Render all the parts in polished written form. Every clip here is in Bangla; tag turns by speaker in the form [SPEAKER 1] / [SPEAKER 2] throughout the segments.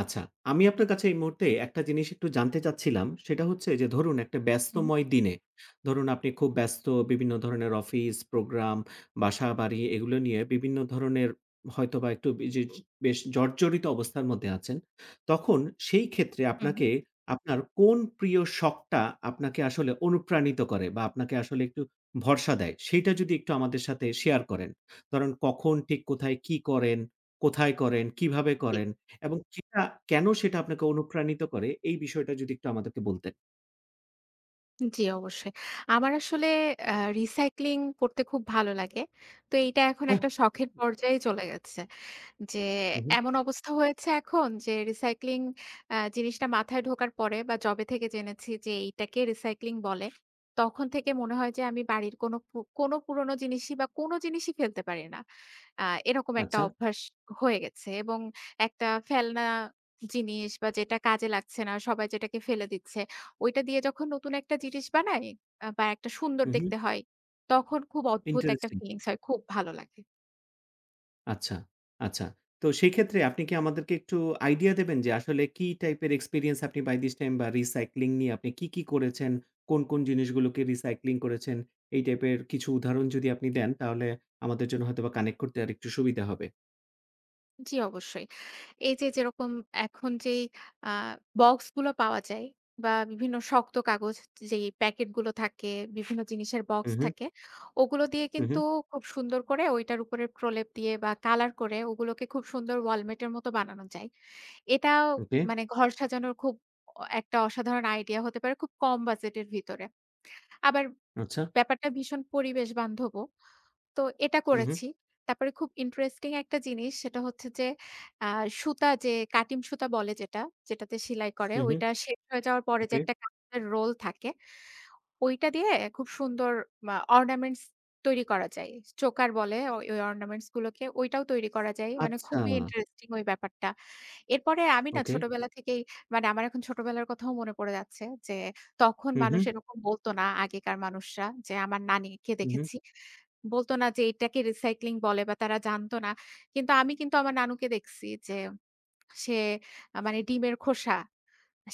[SPEAKER 1] আচ্ছা, আমি আপনার কাছে এই মুহূর্তে একটা জিনিস একটু জানতে চাচ্ছিলাম। সেটা হচ্ছে যে ধরুন একটা
[SPEAKER 2] হুম,
[SPEAKER 1] ব্যস্তময় দিনে, ধরুন আপনি খুব ব্যস্ত বিভিন্ন ধরনের অফিস, প্রোগ্রাম, বাসা-বাড়ি এগুলো নিয়ে বিভিন্ন ধরনের হয়তোবা একটু বিজি বেশ জর্জরিত অবস্থার মধ্যে আছেন। তখন সেই ক্ষেত্রে
[SPEAKER 2] হুম,
[SPEAKER 1] আপনাকে আপনার কোন প্রিয় শখটা আপনাকে আসলে অনুপ্রাণিত করে বা আপনাকে আসলে একটু ভরসা দেয়? সেইটা যদি একটু আমাদের সাথে শেয়ার করেন। ধরেন কখন ঠিক কোথায় কি করেন, কোথায় করেন, কিভাবে
[SPEAKER 2] জি,
[SPEAKER 1] করেন? এবং সেটা কেন সেটা আপনাকে অনুপ্রাণিত করে এই বিষয়টা যদি একটু আমাদেরকে বলতেন।
[SPEAKER 2] জি অবশ্যই। আমার আসলে আ রিসাইক্লিং করতে খুব ভালো লাগে। তো এইটা এখন
[SPEAKER 1] ওহ!
[SPEAKER 2] একটা শখের পর্যায়ে চলে গেছে। যে
[SPEAKER 1] হু, হু।
[SPEAKER 2] এমন অবস্থা হয়েছে এখন যে রিসাইক্লিং জিনিসটা মাথায় ঢোকার পরে বা জবে থেকে জেনেছি যে এইটাকে রিসাইক্লিং বলে। তখন থেকে মনে হয় যে আমি বাড়ির কোনো পুরোনো জিনিসই বা কোনো জিনিসই ফেলতে পারি না। আ এরকম একটা
[SPEAKER 1] আচ্ছা।
[SPEAKER 2] অভ্যাস হয়ে গেছে এবং একটা ফেলনা জিনিস বা যেটা কাজে লাগছে না, সবাই যেটাকে ফেলে দিচ্ছে, ওইটা দিয়ে যখন নতুন একটা জিনিস বানাই বা একটা সুন্দর
[SPEAKER 1] হু, হু।
[SPEAKER 2] দেখতে হয়, তখন খুব অদ্ভুত একটা
[SPEAKER 1] ইন্টারেস্টিং।
[SPEAKER 2] ফিলিংস হয়। খুব ভালো লাগে।
[SPEAKER 1] আচ্ছা, আচ্ছা। তো সেক্ষেত্রে আপনি কি আমাদেরকে একটু আইডিয়া দেবেন যে আসলে কি টাইপের এক্সপেরিয়েন্স আপনি বাই দিস টাইম বা রিসাইক্লিং নিয়ে আপনি কি করেছেন? কোন জিনিসগুলোকে রিসাইক্লিং করেছেন? এই টাইপের কিছু উদাহরণ যদি আপনি দেন তাহলে আমাদের জন্য হয়তোবা কানেক্ট করতে আরেকটু সুবিধা হবে।
[SPEAKER 2] জি, অবশ্যই। এই যে যেরকম এখন যেই আ বক্সগুলো পাওয়া যায় বা বিভিন্ন শক্ত কাগজ যেই প্যাকেটগুলো থাকে, বিভিন্ন জিনিসের
[SPEAKER 1] হু,
[SPEAKER 2] বক্স
[SPEAKER 1] হু,
[SPEAKER 2] থাকে, ওগুলো দিয়ে
[SPEAKER 1] হু, হু।
[SPEAKER 2] কিন্তু খুব সুন্দর করে ওইটার উপরে প্রলেপ দিয়ে বা কালার করে ওগুলোকে খুব সুন্দর ওয়ালমেট এর মতো বানানো যায়। এটাও
[SPEAKER 1] ওকে।
[SPEAKER 2] মানে ঘর সাজানোর খুব একটা অসাধারণ আইডিয়া হতে পারে খুব কম বাজেটের ভিতরে। আবার
[SPEAKER 1] আচ্ছা।
[SPEAKER 2] ব্যাপারটা ভীষণ পরিবেশ বান্ধবও। তো এটা
[SPEAKER 1] হু, হু,
[SPEAKER 2] করেছি। তারপরে খুব ইন্টারেস্টিং একটা জিনিস সেটা হচ্ছে যে আ সুতা যে কাটিম সুতা বলে যেটা, যেটাতে সেলাই করে
[SPEAKER 1] হু, হু।
[SPEAKER 2] ওইটা শেষ হয়ে যাওয়ার পরে যে
[SPEAKER 1] ওকে।
[SPEAKER 2] একটা কাগজের রোল থাকে, ওইটা দিয়ে খুব সুন্দর অর্নামেন্টস তৈরি করা যায়। চোকার বলে ওই অর্নামেন্টস গুলোকে ওইটাও তৈরি করা যায়। মানে
[SPEAKER 1] আচ্ছা।
[SPEAKER 2] খুবই ইন্টারেস্টিং ওই ব্যাপারটা। এরপরে আমি না
[SPEAKER 1] ওকে।
[SPEAKER 2] ছোটবেলা থেকেই মানে আমার এখন ছোটবেলার কথাও মনে পড়ে যাচ্ছে যে, তখন
[SPEAKER 1] হু, হু,
[SPEAKER 2] মানুষ এরকম বলত না আগেকার মানুষরা যে, আমার নানিকে
[SPEAKER 1] হু, হু।
[SPEAKER 2] দেখেছি। বলত না যে, এটাকে রিসাইক্লিং বলে বা তারা জানত না। কিন্তু আমি কিন্তু আমার নানুকে দেখছি যে, সে মানে ডিমের খোসা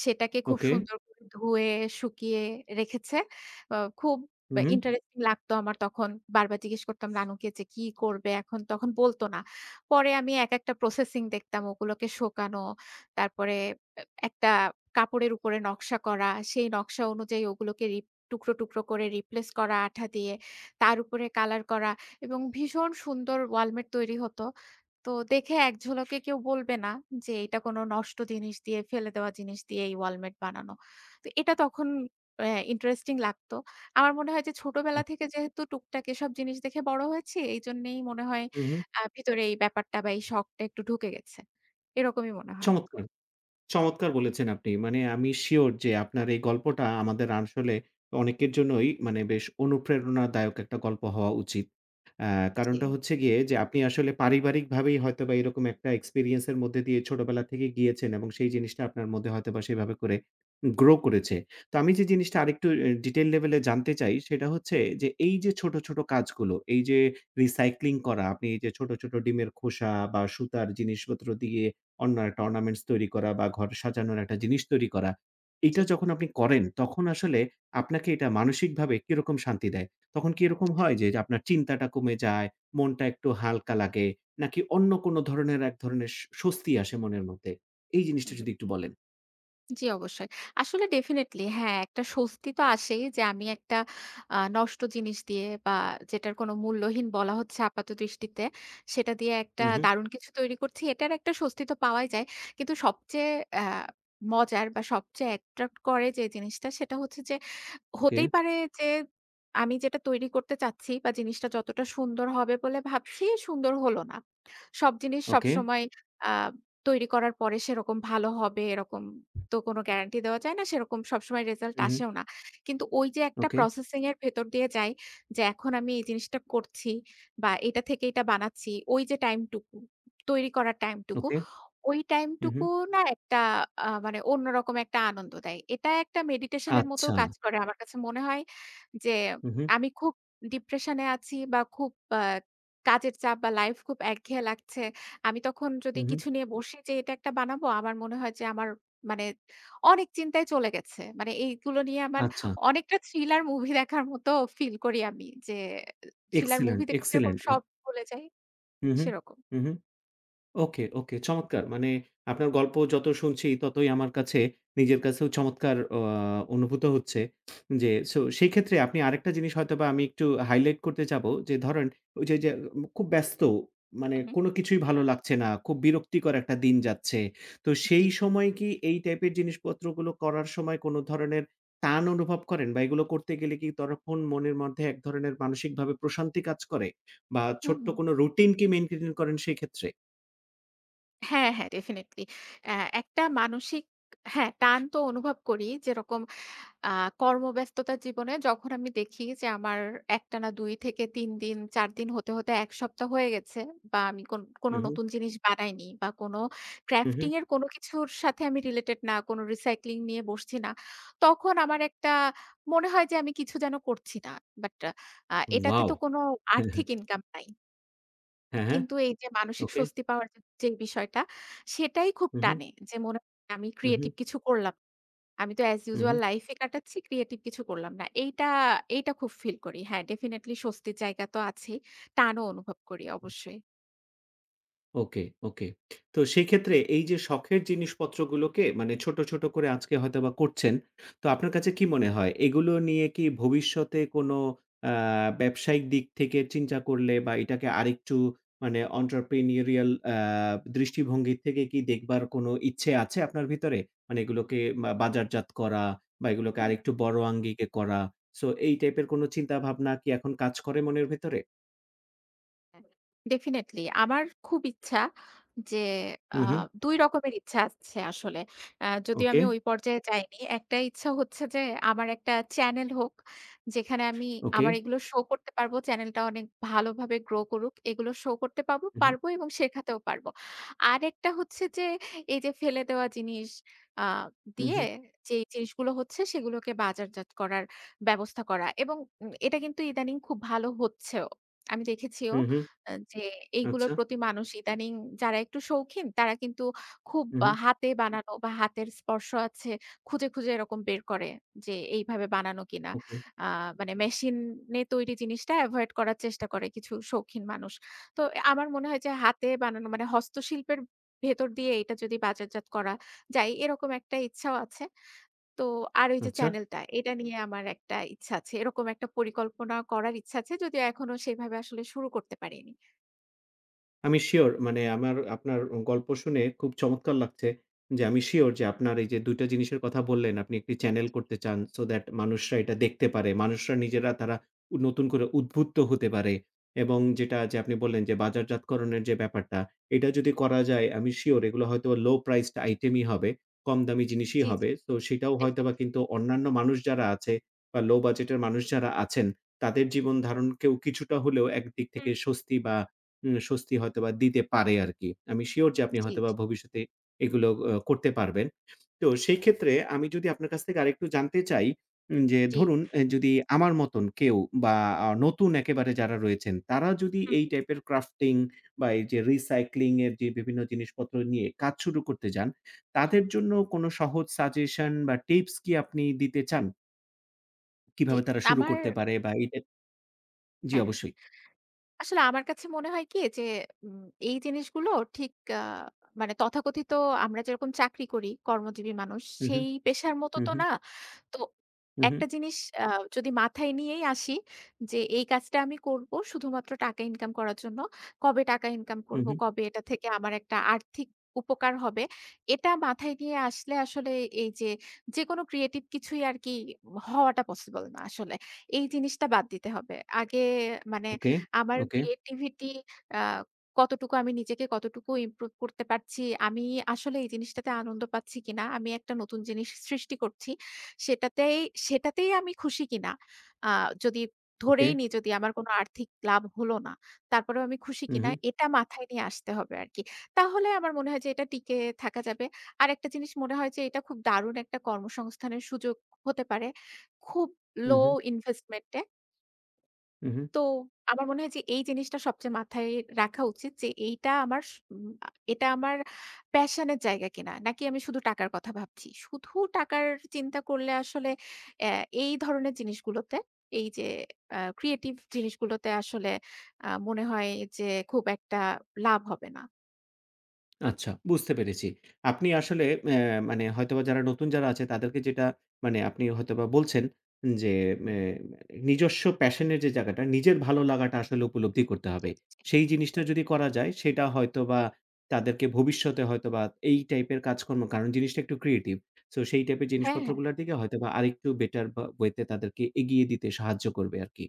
[SPEAKER 2] সেটাকে খুব
[SPEAKER 1] ওকে।
[SPEAKER 2] সুন্দর করে ধুয়ে, শুকিয়ে রেখেছে। আ খুব
[SPEAKER 1] হু,
[SPEAKER 2] বা
[SPEAKER 1] হু।
[SPEAKER 2] ইন্টারেস্টিং লাগতো আমার তখন। বারবার জিজ্ঞেস করতাম রানুকে যে, "কি করবে এখন?" তখন বলত না। পরে আমি একেকটা প্রসেসিং দেখতাম ওগুলোকে শোকানো, তারপরে একটা কাপড়ের উপরে নকশা করা, সেই নকশা অনুযায়ী ওগুলোকে রিপ টুকরো, টুকরো করে রিপ্লেস করা আঠা দিয়ে, তার উপরে কালার করা এবং ভীষণ সুন্দর ওয়ালমেট তৈরি হতো। তো দেখে এক ঝলকে কেউ বলবে না যে এটা কোনো নষ্ট জিনিস দিয়ে, ফেলে দেওয়া জিনিস দিয়ে এই ওয়ালমেট বানানো। তো এটা তখন ইন্টারেস্টিং লাগতো। আমার মনে হয় যে ছোটবেলা থেকে যেহেতু টুকটাক এসব জিনিস দেখে বড় হয়েছি, এইজন্যেই মনে হয়
[SPEAKER 1] হু, হু।
[SPEAKER 2] ভিতরে এই ব্যাপারটা বা এই শখটা একটু ঢুকে গেছে। এরকমই মনে হয়।
[SPEAKER 1] চমৎকার! চমৎকার বলেছেন আপনি। মানে আমি সিউর যে আপনার এই গল্পটা আমাদের আসলে অনেকের জন্যই মানে বেশ অনুপ্রেরণাদায়ক একটা গল্প হওয়া উচিত। আ
[SPEAKER 2] জি,
[SPEAKER 1] কারণটা হচ্ছে গিয়ে যে আপনি আসলে পারিবারিকভাবেই হয়তোবা এরকম একটা এক্সপেরিয়েন্স এর মধ্যে দিয়ে ছোটবেলা থেকে গিয়েছেন এবং সেই জিনিসটা আপনার মধ্যে হয়তোবা সেভাবে করে গ্রো করেছে। তো আমি যে জিনিসটা আরেকটু ডিটেইল লেভেলে জানতে চাই সেটা হচ্ছে যে এই যে ছোট ছোট কাজগুলো, এই যে রিসাইক্লিং করা, আপনি এই যে ছোট ছোট ডিমের খোসা বা সুতার জিনিসপত্র দিয়ে অন্য একটা অর্নামেন্টস তৈরি করা বা ঘর সাজানোর একটা জিনিস তৈরি করা।
[SPEAKER 2] জি।
[SPEAKER 1] এটা যখন আপনি করেন তখন আসলে আপনাকে এটা মানসিকভাবে কিরকম শান্তি দেয়? তখন কি এরকম হয় যে, আপনার চিন্তাটা কমে যায়, মনটা একটু হালকা লাগে নাকি অন্য কোনো ধরনের এক ধরনের স্বস্তি আসে মনের মধ্যে? এই জিনিসটা
[SPEAKER 2] হুম।
[SPEAKER 1] যদি একটু বলেন।
[SPEAKER 2] জি, অবশ্যই। আসলে ডেফিনিটলি হ্যাঁ, একটা স্বস্তি তো আসেই যে আমি একটা নষ্ট জিনিস দিয়ে বা যেটার কোনো মূল্যহীন বলা হচ্ছে আপাত দৃষ্টিতে, সেটা দিয়ে একটা
[SPEAKER 1] হু, হু।
[SPEAKER 2] দারুণ কিছু তৈরি করছি। এটার একটা স্বস্তি তো পাওয়াই যায়। কিন্তু সবচেয়ে আ মজার বা সবচেয়ে অ্যাট্রাক্ট করে যে জিনিসটা সেটা হচ্ছে যে
[SPEAKER 1] ওকে,
[SPEAKER 2] হতেই পারে যে আমি যেটা তৈরি করতে চাচ্ছি বা জিনিসটা যতটা সুন্দর হবে বলে ভাবছি, সুন্দর হলো না। সব জিনিস
[SPEAKER 1] ওকে,
[SPEAKER 2] সবসময় আ তৈরি করার পরে সেরকম ভালো হবে এরকম তো কোনো গ্যারান্টি দেওয়া যায় না। সেরকম সবসময় রেজাল্ট
[SPEAKER 1] হু, হু,
[SPEAKER 2] আসেও না। কিন্তু ওই যে একটা
[SPEAKER 1] ওকে,
[SPEAKER 2] প্রসেসিং এর ভেতর দিয়ে যাই যে এখন আমি এই জিনিসটা করছি বা এটা থেকে এটা বানাচ্ছি। ওই যে টাইমটুকু, তৈরি করার টাইমটুকু
[SPEAKER 1] ওকে,
[SPEAKER 2] ওই
[SPEAKER 1] হু, হু।
[SPEAKER 2] টাইমটুকু না একটা মানে অন্যরকম একটা আনন্দ দেয়। এটা একটা মেডিটেশন এর মতো
[SPEAKER 1] আচ্ছা।
[SPEAKER 2] কাজ করে। আমার কাছে মনে হয় যে
[SPEAKER 1] হু, হু,
[SPEAKER 2] আমি খুব ডিপ্রেশন এ আছি বা খুব আ কাজের চাপ বা লাইফ খুব একঘেয়ে লাগছে। আমি তখন যদি
[SPEAKER 1] হু, হু।
[SPEAKER 2] কিছু নিয়ে বসি যে এটা একটা বানাবো, আমার মনে হয় যে আমার মানে অনেক চিন্তায় চলে গেছে। মানে এইগুলো নিয়ে আমার
[SPEAKER 1] আচ্ছা।
[SPEAKER 2] অনেকটা থ্রিলার মুভি দেখার মতো ফিল করি আমি। যে থ্রিলার মুভি
[SPEAKER 1] এক্সেলেন্ট,
[SPEAKER 2] দেখলে যেরকম
[SPEAKER 1] এক্সেলেন্ট।
[SPEAKER 2] সব ভুলে যাই
[SPEAKER 1] হু, হু,
[SPEAKER 2] সেরকম।
[SPEAKER 1] হু, হু। ওকে, ওকে চমৎকার! মানে আপনার গল্প যত শুনছি ততই আমার কাছে নিজের কাছেও চমৎকার অনুভূত হচ্ছে। যে সেই ক্ষেত্রে আপনি আরেকটা জিনিস হয়তোবা আমি একটু হাইলাইট করতে চাবো যে ধরেন ওই যে, যে খুব ব্যস্ত মানে
[SPEAKER 2] হু, হু।
[SPEAKER 1] কোনো কিছুই ভালো লাগছে না। খুব বিরক্তিকর একটা দিন যাচ্ছে। তো
[SPEAKER 2] জি।
[SPEAKER 1] সেই সময় কি এই টাইপের জিনিসপত্রগুলো করার সময় কোনো ধরনের টান অনুভব করেন বা এগুলো করতে গেলে কি তখন মনের মধ্যে এক ধরনের মানসিকভাবে প্রশান্তি কাজ করে? বা
[SPEAKER 2] হু,
[SPEAKER 1] ছোট্ট
[SPEAKER 2] হু।
[SPEAKER 1] কোনো রুটিন কি মেইনটেইন করেন সেই ক্ষেত্রে?
[SPEAKER 2] হ্যাঁ, হ্যাঁ, ডেফিনিটলি। অ্যা একটা মানসিক হ্যাঁ, টান তো অনুভব করি। যেরকম আ কর্মব্যস্ততা জীবনে যখন আমি দেখি যে আমার একটানা ২ থেকে ৩ দিন, ৪ দিন হতে ১ সপ্তাহ হয়ে গেছে বা আমি কোনো
[SPEAKER 1] উহু।
[SPEAKER 2] নতুন জিনিস বানাইনি বা কোনো
[SPEAKER 1] হু, হু।
[SPEAKER 2] ক্রাফটিং এর কোনো কিছুর সাথে আমি রিলেটেড না, কোনো রিসাইক্লিং নিয়ে বসছি না। তখন আমার একটা মনে হয় যে আমি কিছু যেন করছি না। বাট এটাতে
[SPEAKER 1] ওয়াও!
[SPEAKER 2] তো কোনো
[SPEAKER 1] হ্যাঁ, হ্যাঁ।
[SPEAKER 2] আর্থিক ইনকাম নাই।
[SPEAKER 1] হ্যাঁ, হ্যাঁ।
[SPEAKER 2] কিন্তু এই যে মানসিক
[SPEAKER 1] ওকে।
[SPEAKER 2] স্বস্তি পাওয়ার যে যে বিষয়টা, সেটাই খুব
[SPEAKER 1] হু, হু,
[SPEAKER 2] টানে। যে মনে হয় আমি
[SPEAKER 1] হু, হু,
[SPEAKER 2] ক্রিয়েটিভ কিছু করলাম। আমি তো as
[SPEAKER 1] uh,
[SPEAKER 2] usual
[SPEAKER 1] uh.
[SPEAKER 2] Life এ কাটাচ্ছি, ক্রিয়েটিভ কিছু করলাম না। এইটা খুব ফিল করি। হ্যাঁ, ডেফিনিটলি স্বস্তির জায়গা তো আছেই। টানও অনুভব করি অবশ্যই।
[SPEAKER 1] ওকে, ওকে। তো সেক্ষেত্রে এই যে শখের জিনিসপত্রগুলোকে মানে ছোট ছোট করে আজকে হয়তোবা করছেন। তো আপনার কাছে কি মনে হয় এগুলো নিয়ে কি ভবিষ্যতে কোনো আ ব্যবসায়িক দিক থেকে চিন্তা করলে বা এটাকে আরেকটু মানে entrepreneurial দৃষ্টিভঙ্গি থেকে কি দেখবার কোনো ইচ্ছে আছে আপনার ভিতরে? মানে এগুলোকে বা বাজারজাত করা বা এগুলোকে
[SPEAKER 2] হুম।
[SPEAKER 1] আরেকটু বড় আঙ্গিকে করা। সো এই টাইপের কোনো চিন্তাভাবনা কি এখন কাজ করে মনের ভেতরে?
[SPEAKER 2] ডেফিনিটলি। আমার খুব ইচ্ছা যে আ
[SPEAKER 1] হু, হু।
[SPEAKER 2] ২ রকমের ইচ্ছা আছে আসলে। যদিও
[SPEAKER 1] ওকে,
[SPEAKER 2] আমি ওই পর্যায়ে যাইনি। একটা ইচ্ছা হচ্ছে যে আমার একটা চ্যানেল হোক। যেখানে আমি
[SPEAKER 1] ওকে।
[SPEAKER 2] আমার এগুলো শো করতে পারবো। চ্যানেলটা অনেক ভালোভাবে গ্রো করুক। এগুলো শো করতে
[SPEAKER 1] হু, হু,
[SPEAKER 2] পারবো এবং শেখাতেও পারবো। আরেকটা হচ্ছে যে এই যে ফেলে দেওয়া জিনিস আ
[SPEAKER 1] হু,
[SPEAKER 2] দিয়ে
[SPEAKER 1] হু,
[SPEAKER 2] যেই জিনিসগুলো হচ্ছে সেগুলোকে বাজারজাত করার ব্যবস্থা করা এবং এটা কিন্তু ইদানিং খুব ভালো হচ্ছেও। আমি দেখেছিও।
[SPEAKER 1] হু, হু।
[SPEAKER 2] যে এইগুলোর
[SPEAKER 1] আচ্ছা।
[SPEAKER 2] প্রতি মানুষ ইদানিং যারা একটু শৌখিন তারা কিন্তু খুব
[SPEAKER 1] হু, হু।
[SPEAKER 2] হাতে বানানো বা হাতের স্পর্শ আছে খুঁজে, খুঁজে এরকম বের করে যে এইভাবে বানানো কিনা।
[SPEAKER 1] ওকে।
[SPEAKER 2] আ মানে মেশিনে তৈরি জিনিসটা এভয়েড করার চেষ্টা করে কিছু শৌখিন মানুষ। তো আমার মনে হয় যে হাতে বানানো মানে হস্তশিল্পের ভেতর দিয়ে এটা যদি বাজারজাত করা যায় এরকম একটা ইচ্ছাও আছে। তো আর ওই যে
[SPEAKER 1] আচ্ছা।
[SPEAKER 2] চ্যানেলটা এটা নিয়ে আমার একটা ইচ্ছা আছে। এরকম একটা পরিকল্পনা করার ইচ্ছা আছে যদিও এখনো সেভাবে আসলে শুরু করতে পারিনি।
[SPEAKER 1] আমি সিউর মানে আমার আপনার গল্প শুনে খুব চমৎকার লাগছে যে আমি সিউর যে আপনার এই যে ২ টা জিনিসের কথা বললেন আপনি একটি চ্যানেল করতে চান সো দ্যাট মানুষরা এটা দেখতে পারে। মানুষরা নিজেরা তারা নতুন করে উদ্বুদ্ধ হতে পারে এবং যেটা যে আপনি বললেন যে বাজারজাতকরণের যে ব্যাপারটা, এটা যদি করা যায় আমি সিউর এগুলো হয়তো লো প্রাইসড আইটেমই হবে, কম দামি জিনিসই
[SPEAKER 2] জি, জি,
[SPEAKER 1] হবে। সো সেটাও হয়তোবা
[SPEAKER 2] ডেফিনিটলি।
[SPEAKER 1] কিন্তু অন্যান্য মানুষ যারা আছে বা লো বাজেটের মানুষ যারা আছেন, তাদের জীবন ধারণকেও কিছুটা হলেও একদিক
[SPEAKER 2] হুম,
[SPEAKER 1] থেকে স্বস্তি বা স্বস্তি হয়তোবা দিতে পারে আরকি। আমি সিউর যে আপনি
[SPEAKER 2] জি,
[SPEAKER 1] হয়তোবা
[SPEAKER 2] জি,
[SPEAKER 1] ভবিষ্যতে এগুলো করতে পারবেন। তো সেই ক্ষেত্রে আমি যদি আপনার কাছ থেকে আরেকটু জানতে চাই যে
[SPEAKER 2] জি।
[SPEAKER 1] ধরুন যদি আমার মতন কেউ বা নতুন একেবারে যারা রয়েছেন, তারা যদি
[SPEAKER 2] হুম,
[SPEAKER 1] এই
[SPEAKER 2] হুম,
[SPEAKER 1] টাইপের ক্রাফটিং বা এই যে রিসাইক্লিং এর যে বিভিন্ন জিনিসপত্র নিয়ে কাজ শুরু করতে যান,
[SPEAKER 2] হুম,
[SPEAKER 1] তাদের জন্য কোনো সহজ সাজেশন বা টিপস কি আপনি দিতে চান?
[SPEAKER 2] জি।
[SPEAKER 1] কিভাবে তারা শুরু
[SPEAKER 2] আমার
[SPEAKER 1] করতে পারে বা এই টাইপ জি
[SPEAKER 2] হ্যাঁ, হ্যাঁ।
[SPEAKER 1] অবশ্যই।
[SPEAKER 2] আসলে আমার কাছে মনে হয় কি যে উম এই জিনিসগুলো ঠিক আ মানে তথাকথিত আমরা যেরকম চাকরি করি, কর্মজীবী মানুষ,
[SPEAKER 1] হু, হু,
[SPEAKER 2] সেই পেশার মতো
[SPEAKER 1] হু,
[SPEAKER 2] তো
[SPEAKER 1] হু,
[SPEAKER 2] না। তো
[SPEAKER 1] হু, হু,
[SPEAKER 2] একটা জিনিস আ যদি মাথায় নিয়েই আসি যে এই কাজটা আমি করব শুধুমাত্র টাকা ইনকাম করার জন্য। কবে টাকা ইনকাম
[SPEAKER 1] হু,
[SPEAKER 2] করব,
[SPEAKER 1] হু।
[SPEAKER 2] কবে এটা থেকে আমার একটা আর্থিক উপকার হবে। এটা মাথায় নিয়ে আসলে আসলে এই যে, যেকোনো ক্রিয়েটিভ কিছুই আরকি হওয়াটা পসিবল না আসলে। এই জিনিসটা বাদ দিতে হবে। আগে মানে
[SPEAKER 1] ওকে,
[SPEAKER 2] আমার
[SPEAKER 1] ওকে।
[SPEAKER 2] ক্রিয়েটিভিটি আ কতটুকু আমি নিজেকে কতটুকু ইমপ্রুভ করতে পারছি, আমি আসলে এই জিনিসটাতে আনন্দ পাচ্ছি কিনা, আমি একটা নতুন জিনিস সৃষ্টি করছি সেটাতেই সেটাতেই আমি খুশি কিনা আ যদি
[SPEAKER 1] ওকে।
[SPEAKER 2] ধরেই নিই যদি আমার কোনো আর্থিক লাভ হলো না, তারপরেও আমি খুশি
[SPEAKER 1] হু,
[SPEAKER 2] কিনা
[SPEAKER 1] হু,
[SPEAKER 2] এটা মাথায় নিয়ে আসতে হবে আরকি। তাহলে আমার মনে হয় যে এটা টিকে থাকা যাবে। আরেকটা জিনিস মনে হয় যে এটা খুব দারুণ একটা কর্মসংস্থানের সুযোগ হতে পারে। খুব
[SPEAKER 1] হু,
[SPEAKER 2] লো
[SPEAKER 1] হু,
[SPEAKER 2] ইনভেস্টমেন্ট এ
[SPEAKER 1] হু, হু।
[SPEAKER 2] তো আমার মনে হয় যে এই জিনিসটা সবচেয়ে মাথায় রাখা উচিত যে এইটা আমার স উম আ এটা আমার প্যাশন এর জায়গা কিনা? নাকি আমি শুধু টাকার কথা ভাবছি। শুধু টাকার চিন্তা করলে আসলে অ্যা এই ধরনের জিনিসগুলোতে এই যে ক্রিয়েটিভ জিনিসগুলোতে আসলে মনে হয় যে খুব একটা লাভ হবে না।
[SPEAKER 1] আচ্ছা বুঝতে পেরেছি। আপনি আসলে মানে হয়তোবা যারা নতুন যারা আছে তাদেরকে যেটা মানে আপনি হয়তোবা বলছেন যে মে নিজস্ব প্যাশন এর যে জায়গাটা, নিজের ভালো লাগাটা আসলে উপলব্ধি করতে
[SPEAKER 2] জি,
[SPEAKER 1] হবে।
[SPEAKER 2] জি, জি।
[SPEAKER 1] সেই জিনিসটা যদি করা যায় সেটা হয়তোবা তাদেরকে ভবিষ্যতে হয়তোবা এই টাইপের কাজকর্ম কারণ জিনিসটা একটু ক্রিয়েটিভ। সো সেই টাইপের
[SPEAKER 2] হ্যাঁ, হ্যাঁ।
[SPEAKER 1] জিনিসপত্রগুলোর দিকে হয়তোবা আরেকটু বেটার বা ওয়ে তে তাদেরকে এগিয়ে দিতে সাহায্য করবে আরকি।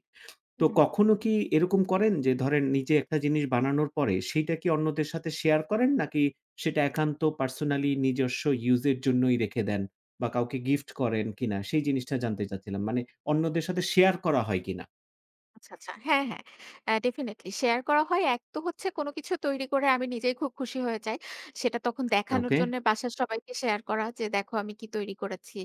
[SPEAKER 1] তো
[SPEAKER 2] হুম।
[SPEAKER 1] কখনো কি এরকম করেন যে ধরেন নিজে একটা জিনিস বানানোর পরে সেইটা কি অন্যদের সাথে শেয়ার করেন নাকি সেটা একান্ত পার্সোনালি নিজস্ব ইউজের জন্যই রেখে দেন বা কাউকে গিফট করেন কিনা সেই জিনিসটা জানতে চাচ্ছিলাম। মানে অন্যদের সাথে শেয়ার করা হয় কিনা?
[SPEAKER 2] আচ্ছা, আচ্ছা। হ্যাঁ, হ্যাঁ। ডেফিনিটলি শেয়ার করা হয়। এক তো হচ্ছে কোনো কিছু তৈরি করে আমি নিজেই খুব খুশি হয়ে যাই। সেটা তখন দেখানোর
[SPEAKER 1] ওকে,
[SPEAKER 2] জন্য বাসার সবাইকে শেয়ার করা যে, "দেখো আমি কি তৈরি করেছি।"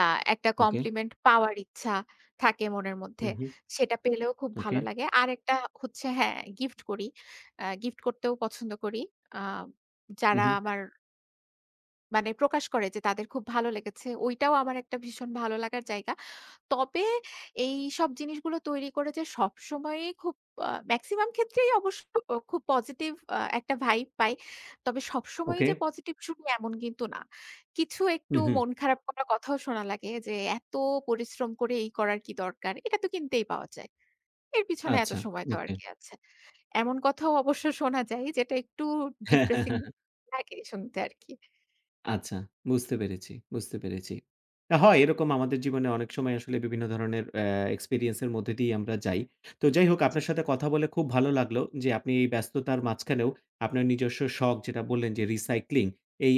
[SPEAKER 2] আ একটা
[SPEAKER 1] ওকে।
[SPEAKER 2] কমপ্লিমেন্ট পাওয়ার ইচ্ছা থাকে মনের
[SPEAKER 1] হু,
[SPEAKER 2] মধ্যে।
[SPEAKER 1] হু।
[SPEAKER 2] সেটা পেলেও খুব
[SPEAKER 1] ওকে,
[SPEAKER 2] ভালো লাগে। আরেকটা হচ্ছে হ্যাঁ, গিফট করি। গিফট করতেও পছন্দ করি। আ
[SPEAKER 1] হু,
[SPEAKER 2] যারা
[SPEAKER 1] হু।
[SPEAKER 2] আমার মানে প্রকাশ করে যে, তাদের খুব ভালো লেগেছে। ওইটাও আমার একটা ভীষণ ভালো লাগার জায়গা। তবে এইসব জিনিসগুলো তৈরি করে যে সবসময়ই খুব মেক্সিমাম ক্ষেত্রেই অবশ্য খুব পজিটিভ একটা ভাইব পাই। তবে সবসময়ই
[SPEAKER 1] ওকে।
[SPEAKER 2] যে পজিটিভ শুনি এমন কিন্তু না। কিছু
[SPEAKER 1] হু,
[SPEAKER 2] একটু
[SPEAKER 1] হু।
[SPEAKER 2] মন খারাপ করা কথাও শোনা লাগে যে, "এত পরিশ্রম করে এই করার কি দরকার? এটা তো কিনতেই পাওয়া যায়। এর পিছনে এত
[SPEAKER 1] আচ্ছা,
[SPEAKER 2] সময় দেওয়ার
[SPEAKER 1] ওকে।
[SPEAKER 2] কি আছে?" এমন কথাও অবশ্য শোনা যায় যেটা একটু ডিপ্রেসিং লাগে শুনতে আরকি।
[SPEAKER 1] আচ্ছা, বুঝতে পেরেছি, বুঝতে পেরেছি। হয় এরকম আমাদের জীবনে অনেক সময় আসলে বিভিন্ন ধরনের এক্সপেরিয়েন্স এর মধ্যে দিয়ে আমরা যাই। তো যাই হোক আপনার সাথে কথা বলে খুব ভালো লাগলো যে আপনি এই ব্যস্ততার মাঝখানেও আপনার নিজস্ব শখ যেটা বললেন যে রিসাইক্লিং, এই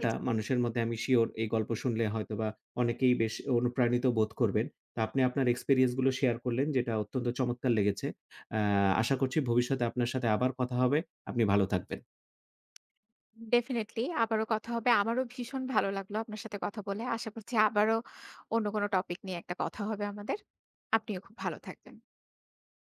[SPEAKER 2] জি, জি।
[SPEAKER 1] মানুষের মধ্যে আমি সিউর এই গল্প শুনলে হয়তোবা অনেকেই বেশ অনুপ্রাণিত বোধ করবেন। তো আপনি আপনার এক্সপেরিয়েন্স গুলো শেয়ার করলেন যেটা অত্যন্ত চমৎকার লেগেছে। অ্যা আশা করছি ভবিষ্যতে আপনার সাথে আবার কথা হবে। আপনি ভালো থাকবেন।
[SPEAKER 2] ডেফিনিটলি আবারও কথা হবে। আমারও ভীষণ ভালো লাগলো আপনার সাথে কথা বলে। আশা করছি আবারও অন্য কোনো টপিক নিয়ে একটা কথা হবে আমাদের। আপনিও খুব ভালো থাকবেন।